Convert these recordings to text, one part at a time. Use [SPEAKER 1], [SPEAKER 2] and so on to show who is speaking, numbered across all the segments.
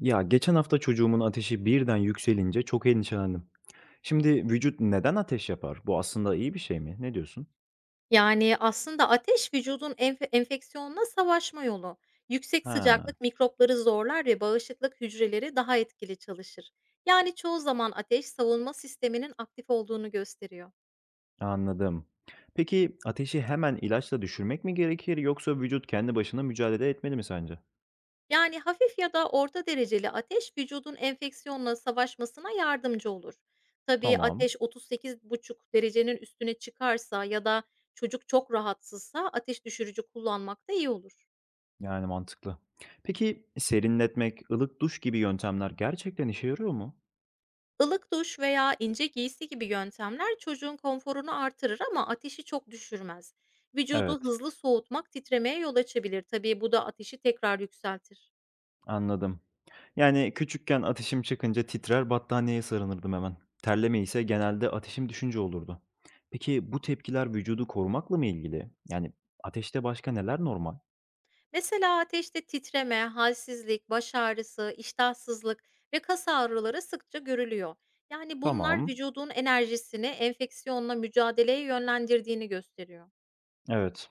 [SPEAKER 1] Ya geçen hafta çocuğumun ateşi birden yükselince çok endişelendim. Şimdi vücut neden ateş yapar? Bu aslında iyi bir şey mi? Ne diyorsun?
[SPEAKER 2] Aslında ateş vücudun enfeksiyonla savaşma yolu. Yüksek
[SPEAKER 1] Ha,
[SPEAKER 2] sıcaklık mikropları zorlar ve bağışıklık hücreleri daha etkili çalışır. Çoğu zaman ateş savunma sisteminin aktif olduğunu gösteriyor.
[SPEAKER 1] anladım. Peki ateşi hemen ilaçla düşürmek mi gerekir yoksa vücut kendi başına mücadele etmeli mi sence?
[SPEAKER 2] Hafif ya da orta dereceli ateş vücudun enfeksiyonla savaşmasına yardımcı olur. Tabii
[SPEAKER 1] Tamam,
[SPEAKER 2] ateş 38,5 derecenin üstüne çıkarsa ya da çocuk çok rahatsızsa ateş düşürücü kullanmak da iyi olur.
[SPEAKER 1] yani mantıklı. Peki serinletmek, ılık duş gibi yöntemler gerçekten işe yarıyor mu?
[SPEAKER 2] Ilık duş veya ince giysi gibi yöntemler çocuğun konforunu artırır ama ateşi çok düşürmez. Vücudu
[SPEAKER 1] Evet.
[SPEAKER 2] hızlı soğutmak titremeye yol açabilir. Tabii bu da ateşi tekrar yükseltir.
[SPEAKER 1] Anladım. Yani küçükken ateşim çıkınca titrer, battaniyeye sarınırdım hemen. Terleme ise genelde ateşim düşünce olurdu. Peki bu tepkiler vücudu korumakla mı ilgili? Yani ateşte başka neler normal?
[SPEAKER 2] Mesela ateşte titreme, halsizlik, baş ağrısı, iştahsızlık ve kas ağrıları sıkça görülüyor. Yani bunlar
[SPEAKER 1] Tamam.
[SPEAKER 2] vücudun enerjisini enfeksiyonla mücadeleye yönlendirdiğini gösteriyor.
[SPEAKER 1] Evet.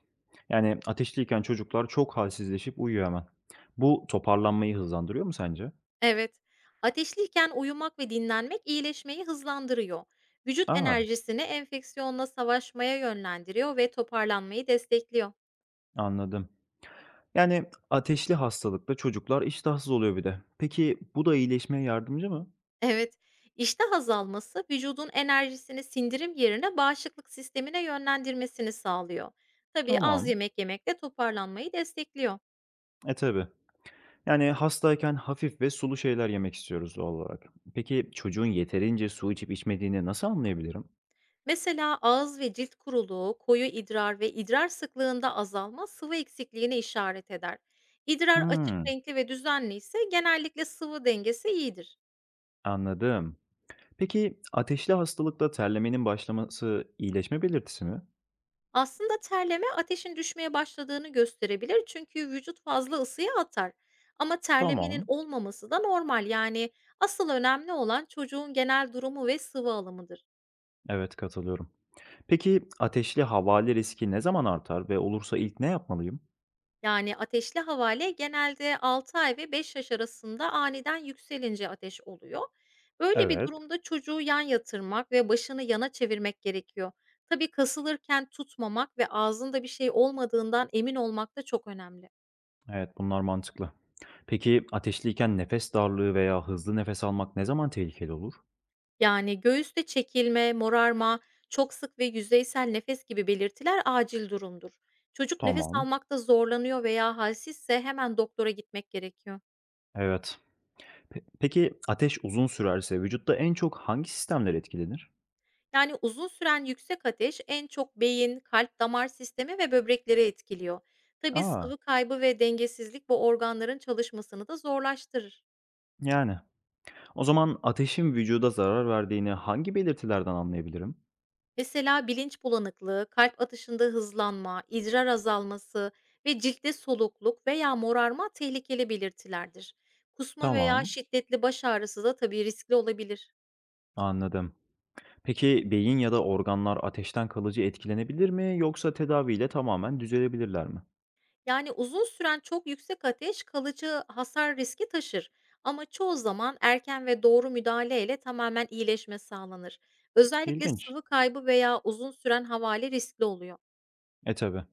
[SPEAKER 1] Yani ateşliyken çocuklar çok halsizleşip uyuyor hemen. Bu toparlanmayı hızlandırıyor mu sence?
[SPEAKER 2] Evet. Ateşliyken uyumak ve dinlenmek iyileşmeyi hızlandırıyor. Vücut
[SPEAKER 1] Aa,
[SPEAKER 2] enerjisini enfeksiyonla savaşmaya yönlendiriyor ve toparlanmayı destekliyor.
[SPEAKER 1] anladım. Yani ateşli hastalıkta çocuklar iştahsız oluyor bir de. Peki bu da iyileşmeye yardımcı mı?
[SPEAKER 2] Evet. İştah azalması vücudun enerjisini sindirim yerine bağışıklık sistemine yönlendirmesini sağlıyor. Tabii az
[SPEAKER 1] Tamam.
[SPEAKER 2] yemek yemek de toparlanmayı destekliyor.
[SPEAKER 1] E tabii. Yani hastayken hafif ve sulu şeyler yemek istiyoruz doğal olarak. Peki çocuğun yeterince su içip içmediğini nasıl anlayabilirim?
[SPEAKER 2] Mesela ağız ve cilt kuruluğu, koyu idrar ve idrar sıklığında azalma sıvı eksikliğine işaret eder. İdrar açık
[SPEAKER 1] Hmm,
[SPEAKER 2] renkli ve düzenli ise genellikle sıvı dengesi iyidir.
[SPEAKER 1] anladım. Peki ateşli hastalıkta terlemenin başlaması iyileşme belirtisi mi?
[SPEAKER 2] Aslında terleme ateşin düşmeye başladığını gösterebilir çünkü vücut fazla ısıyı atar. Ama terlemenin
[SPEAKER 1] Tamam.
[SPEAKER 2] olmaması da normal, yani asıl önemli olan çocuğun genel durumu ve sıvı alımıdır.
[SPEAKER 1] Evet, katılıyorum. Peki ateşli havale riski ne zaman artar ve olursa ilk ne yapmalıyım?
[SPEAKER 2] Ateşli havale genelde 6 ay ve 5 yaş arasında aniden yükselince ateş oluyor. Böyle bir
[SPEAKER 1] Evet.
[SPEAKER 2] durumda çocuğu yan yatırmak ve başını yana çevirmek gerekiyor. Tabii kasılırken tutmamak ve ağzında bir şey olmadığından emin olmak da çok önemli.
[SPEAKER 1] Evet, bunlar mantıklı. Peki ateşliyken nefes darlığı veya hızlı nefes almak ne zaman tehlikeli olur?
[SPEAKER 2] Yani göğüste çekilme, morarma, çok sık ve yüzeysel nefes gibi belirtiler acil durumdur. Çocuk nefes
[SPEAKER 1] Tamam.
[SPEAKER 2] almakta zorlanıyor veya halsizse hemen doktora gitmek gerekiyor.
[SPEAKER 1] Evet. Peki ateş uzun sürerse vücutta en çok hangi sistemler etkilenir?
[SPEAKER 2] Yani uzun süren yüksek ateş en çok beyin, kalp, damar sistemi ve böbrekleri etkiliyor. Tabii
[SPEAKER 1] Aa,
[SPEAKER 2] sıvı kaybı ve dengesizlik bu organların çalışmasını da zorlaştırır.
[SPEAKER 1] yani. O zaman ateşin vücuda zarar verdiğini hangi belirtilerden anlayabilirim?
[SPEAKER 2] Mesela bilinç bulanıklığı, kalp atışında hızlanma, idrar azalması ve ciltte solukluk veya morarma tehlikeli belirtilerdir. Kusma veya
[SPEAKER 1] Tamam,
[SPEAKER 2] şiddetli baş ağrısı da tabii riskli olabilir.
[SPEAKER 1] anladım. Peki beyin ya da organlar ateşten kalıcı etkilenebilir mi yoksa tedaviyle tamamen düzelebilirler mi?
[SPEAKER 2] Uzun süren çok yüksek ateş kalıcı hasar riski taşır ama çoğu zaman erken ve doğru müdahaleyle tamamen iyileşme sağlanır. Özellikle
[SPEAKER 1] İlginç.
[SPEAKER 2] sıvı kaybı veya uzun süren havale riskli oluyor.
[SPEAKER 1] E tabi.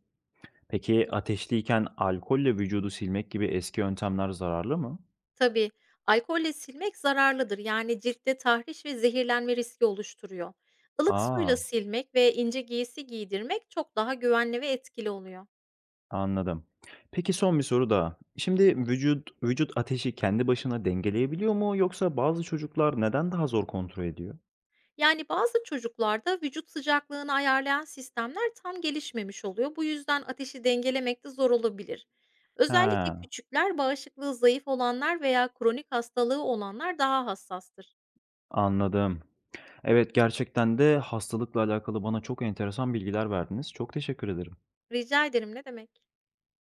[SPEAKER 1] Peki ateşliyken alkolle vücudu silmek gibi eski yöntemler zararlı mı?
[SPEAKER 2] Tabii, alkolle silmek zararlıdır, yani ciltte tahriş ve zehirlenme riski oluşturuyor. Ilık
[SPEAKER 1] Aa.
[SPEAKER 2] suyla silmek ve ince giysi giydirmek çok daha güvenli ve etkili oluyor.
[SPEAKER 1] Anladım. Peki son bir soru daha. Şimdi vücut ateşi kendi başına dengeleyebiliyor mu yoksa bazı çocuklar neden daha zor kontrol ediyor?
[SPEAKER 2] Yani bazı çocuklarda vücut sıcaklığını ayarlayan sistemler tam gelişmemiş oluyor. Bu yüzden ateşi dengelemekte zor olabilir. Özellikle
[SPEAKER 1] He,
[SPEAKER 2] küçükler, bağışıklığı zayıf olanlar veya kronik hastalığı olanlar daha hassastır.
[SPEAKER 1] anladım. Evet, gerçekten de hastalıkla alakalı bana çok enteresan bilgiler verdiniz. Çok teşekkür ederim.
[SPEAKER 2] Rica ederim, ne demek?